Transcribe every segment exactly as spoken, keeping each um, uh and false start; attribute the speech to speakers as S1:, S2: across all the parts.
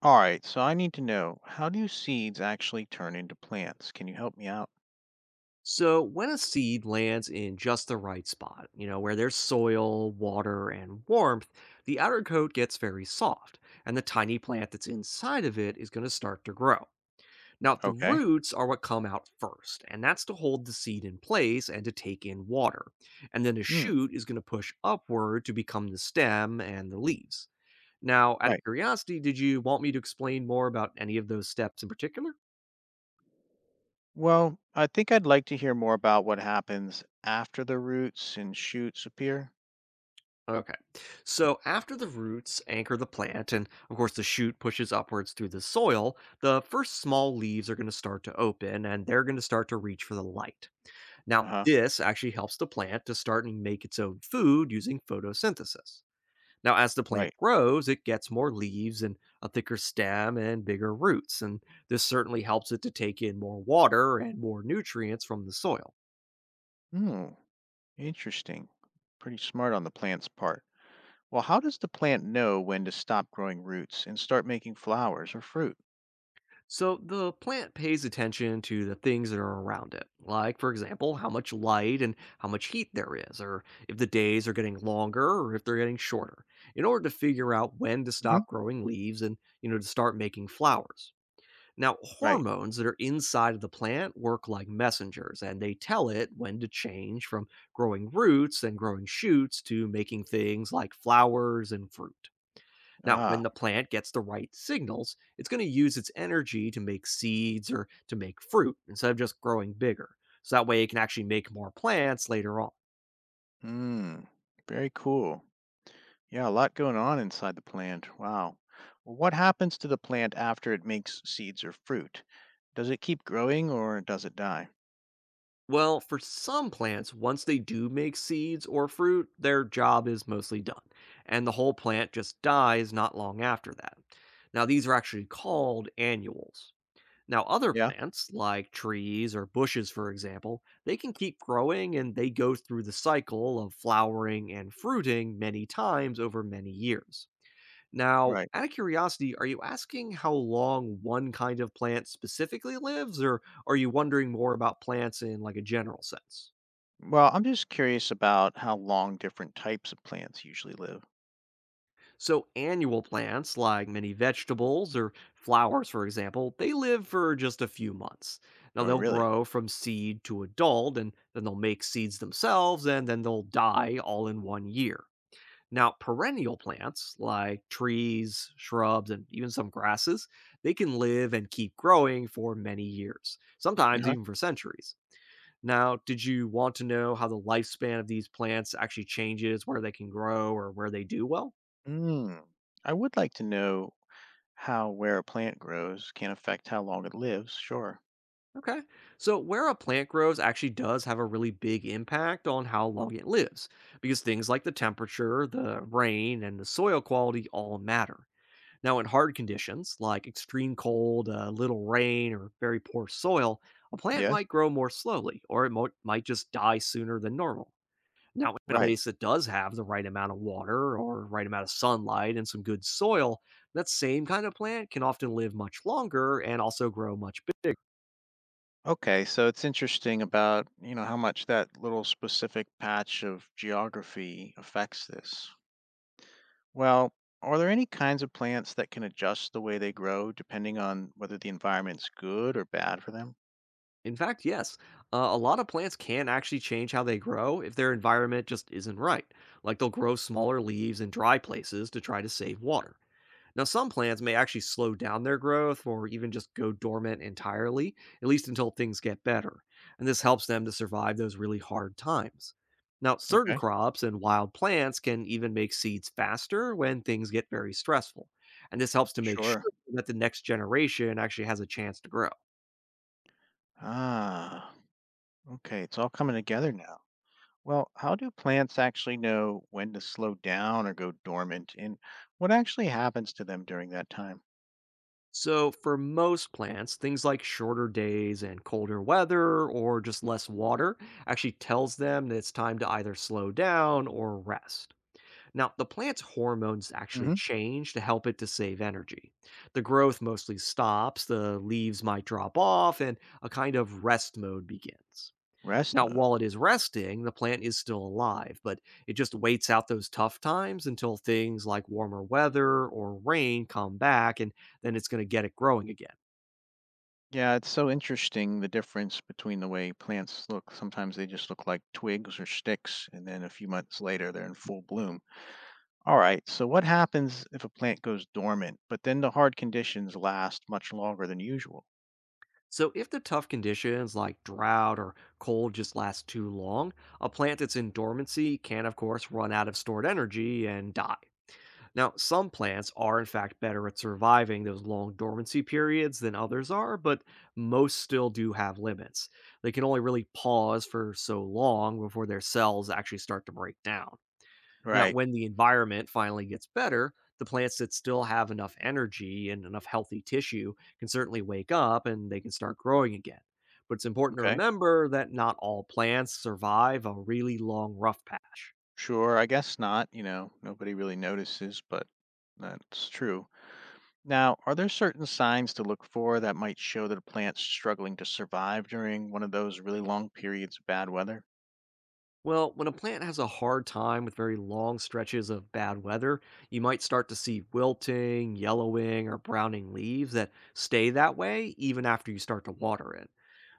S1: All right, so I need to know, how do seeds actually turn into plants? Can you help me out?
S2: So when a seed lands in just the right spot, you know, where there's soil, water, and warmth, the outer coat gets very soft, and the tiny plant that's inside of it is going to start to grow. Now, the
S1: Okay.
S2: roots are what come out first, and that's to hold the seed in place and to take in water. And then a
S1: Hmm,
S2: shoot is going to push upward to become the stem and the leaves. Now, out of
S1: right.
S2: curiosity, did you want me to explain more about any of those steps in particular?
S1: Well, I think I'd like to hear more about what happens after the roots and shoots appear.
S2: Okay. So after the roots anchor the plant, and of course the shoot pushes upwards through the soil, the first small leaves are going to start to open and they're going to start to reach for the light. Now,
S1: Uh-huh.
S2: this actually helps the plant to start and make its own food using photosynthesis. Now, as the plant
S1: Right.
S2: grows, it gets more leaves and a thicker stem and bigger roots, and this certainly helps it to take in more water and more nutrients from the soil.
S1: Hmm, interesting. Pretty smart on the plant's part. Well, how does the plant know when to stop growing roots and start making flowers or fruit?
S2: So the plant pays attention to the things that are around it, like, for example, how much light and how much heat there is, or if the days are getting longer or if they're getting shorter, in order to figure out when to
S1: Hmm.
S2: stop growing leaves and, you know, to start making flowers. Now,
S1: Right.
S2: hormones that are inside of the plant work like messengers, and they tell it when to change from growing roots and growing shoots to making things like flowers and fruit. Now,
S1: Ah,
S2: when the plant gets the right signals, it's going to use its energy to make seeds or to make fruit instead of just growing bigger. So that way it can actually make more plants later on.
S1: hmm, very cool. Yeah, a lot going on inside the plant. Wow. Well, what happens to the plant after it makes seeds or fruit? Does it keep growing or does it die?
S2: Well, for some plants, once they do make seeds or fruit, their job is mostly done, and the whole plant just dies not long after that. Now, these are actually called annuals. Now, other
S1: Yeah,
S2: plants, like trees or bushes, for example, they can keep growing and they go through the cycle of flowering and fruiting many times over many years. Now,
S1: right.
S2: out of curiosity, are you asking how long one kind of plant specifically lives, or are you wondering more about plants in like a general sense?
S1: Well, I'm just curious about how long different types of plants usually live.
S2: So, annual plants like many vegetables or flowers, for example, they live for just a few months. Now,
S1: Oh,
S2: they'll
S1: really?
S2: grow from seed to adult, and then they'll make seeds themselves, and then they'll die all in one year. Now, perennial plants like trees, shrubs, and even some grasses, they can live and keep growing for many years, sometimes
S1: Uh-huh.
S2: even for centuries. Now, did you want to know how the lifespan of these plants actually changes, where they can grow, or where they do well?
S1: Mm. I would like to know how where a plant grows can affect how long it lives. Sure.
S2: Okay. So, where a plant grows actually does have a really big impact on how long it lives, because things like the temperature, the rain, and the soil quality all matter. Now, in hard conditions like extreme cold, uh, little rain, or very poor soil, a plant
S1: Yes.
S2: might grow more slowly, or it mo- might just die sooner than normal. Now, in a
S1: Right.
S2: place that does have the right amount of water or right amount of sunlight and some good soil, that same kind of plant can often live much longer and also grow much bigger.
S1: Okay, so it's interesting about, you know, how much that little specific patch of geography affects this. Well, are there any kinds of plants that can adjust the way they grow depending on whether the environment's good or bad for them?
S2: In fact, yes, uh, a lot of plants can actually change how they grow if their environment just isn't right. Like they'll grow smaller leaves in dry places to try to save water. Now, some plants may actually slow down their growth or even just go dormant entirely, at least until things get better. And this helps them to survive those really hard times. Now, certain
S1: Okay,
S2: crops and wild plants can even make seeds faster when things get very stressful. And this helps to make
S1: sure.
S2: sure that the next generation actually has a chance to grow.
S1: Ah, okay, it's all coming together now. Well, how do plants actually know when to slow down or go dormant, and what actually happens to them during that time?
S2: So, for most plants, things like shorter days and colder weather or just less water actually tells them that it's time to either slow down or rest. Now, the plant's hormones actually
S1: Hmm.
S2: change to help it to save energy. The growth mostly stops, the leaves might drop off, and a kind of rest mode begins.
S1: Rest
S2: Now,
S1: mode.
S2: while it is resting, the plant is still alive, but it just waits out those tough times until things like warmer weather or rain come back, and then it's going to get it growing again.
S1: Yeah, it's so interesting the difference between the way plants look. Sometimes they just look like twigs or sticks, and then a few months later, they're in full bloom. All right, so what happens if a plant goes dormant, but then the hard conditions last much longer than usual?
S2: So, if the tough conditions like drought or cold just last too long, a plant that's in dormancy can, of course, run out of stored energy and die. Now, some plants are in fact better at surviving those long dormancy periods than others are, but most still do have limits. They can only really pause for so long before their cells actually start to break down. Now,
S1: Right.
S2: when the environment finally gets better, the plants that still have enough energy and enough healthy tissue can certainly wake up and they can start growing again. But it's important to
S1: Okay.
S2: remember that not all plants survive a really long rough patch.
S1: Sure, I guess not. You know, nobody really notices, but that's true. Now, are there certain signs to look for that might show that a plant's struggling to survive during one of those really long periods of bad weather?
S2: Well, when a plant has a hard time with very long stretches of bad weather, you might start to see wilting, yellowing, or browning leaves that stay that way even after you start to water it.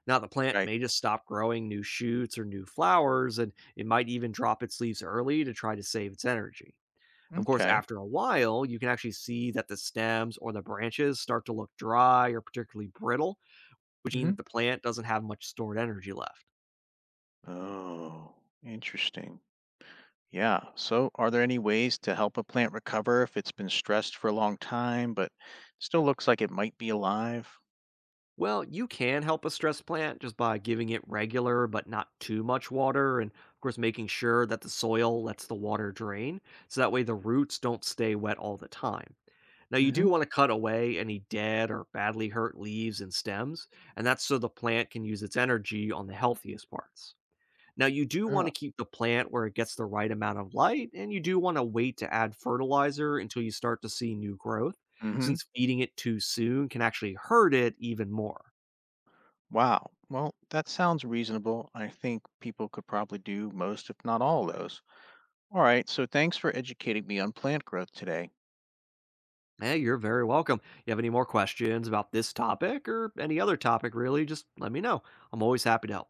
S2: Now, the plant
S1: Right.
S2: may just stop growing new shoots or new flowers, and it might even drop its leaves early to try to save its energy. Of course,
S1: Okay.
S2: after a while, you can actually see that the stems or the branches start to look dry or particularly brittle, which means
S1: Hmm.
S2: that the plant doesn't have much stored energy left.
S1: Oh, interesting. Yeah. So, are there any ways to help a plant recover if it's been stressed for a long time, but still looks like it might be alive?
S2: Well, you can help a stressed plant just by giving it regular but not too much water, and of course, making sure that the soil lets the water drain so that way the roots don't stay wet all the time. Now, you
S1: Hmm.
S2: do want to cut away any dead or badly hurt leaves and stems, and that's so the plant can use its energy on the healthiest parts. Now, you do want to
S1: Oh.
S2: keep the plant where it gets the right amount of light, and you do want to wait to add fertilizer until you start to see new growth,
S1: Mm-hmm.
S2: since feeding it too soon can actually hurt it even more.
S1: Wow. Well, that sounds reasonable. I think people could probably do most, if not all, of those. All right. So, thanks for educating me on plant growth today.
S2: Hey, you're very welcome. You have any more questions about this topic or any other topic, really, just let me know. I'm always happy to help.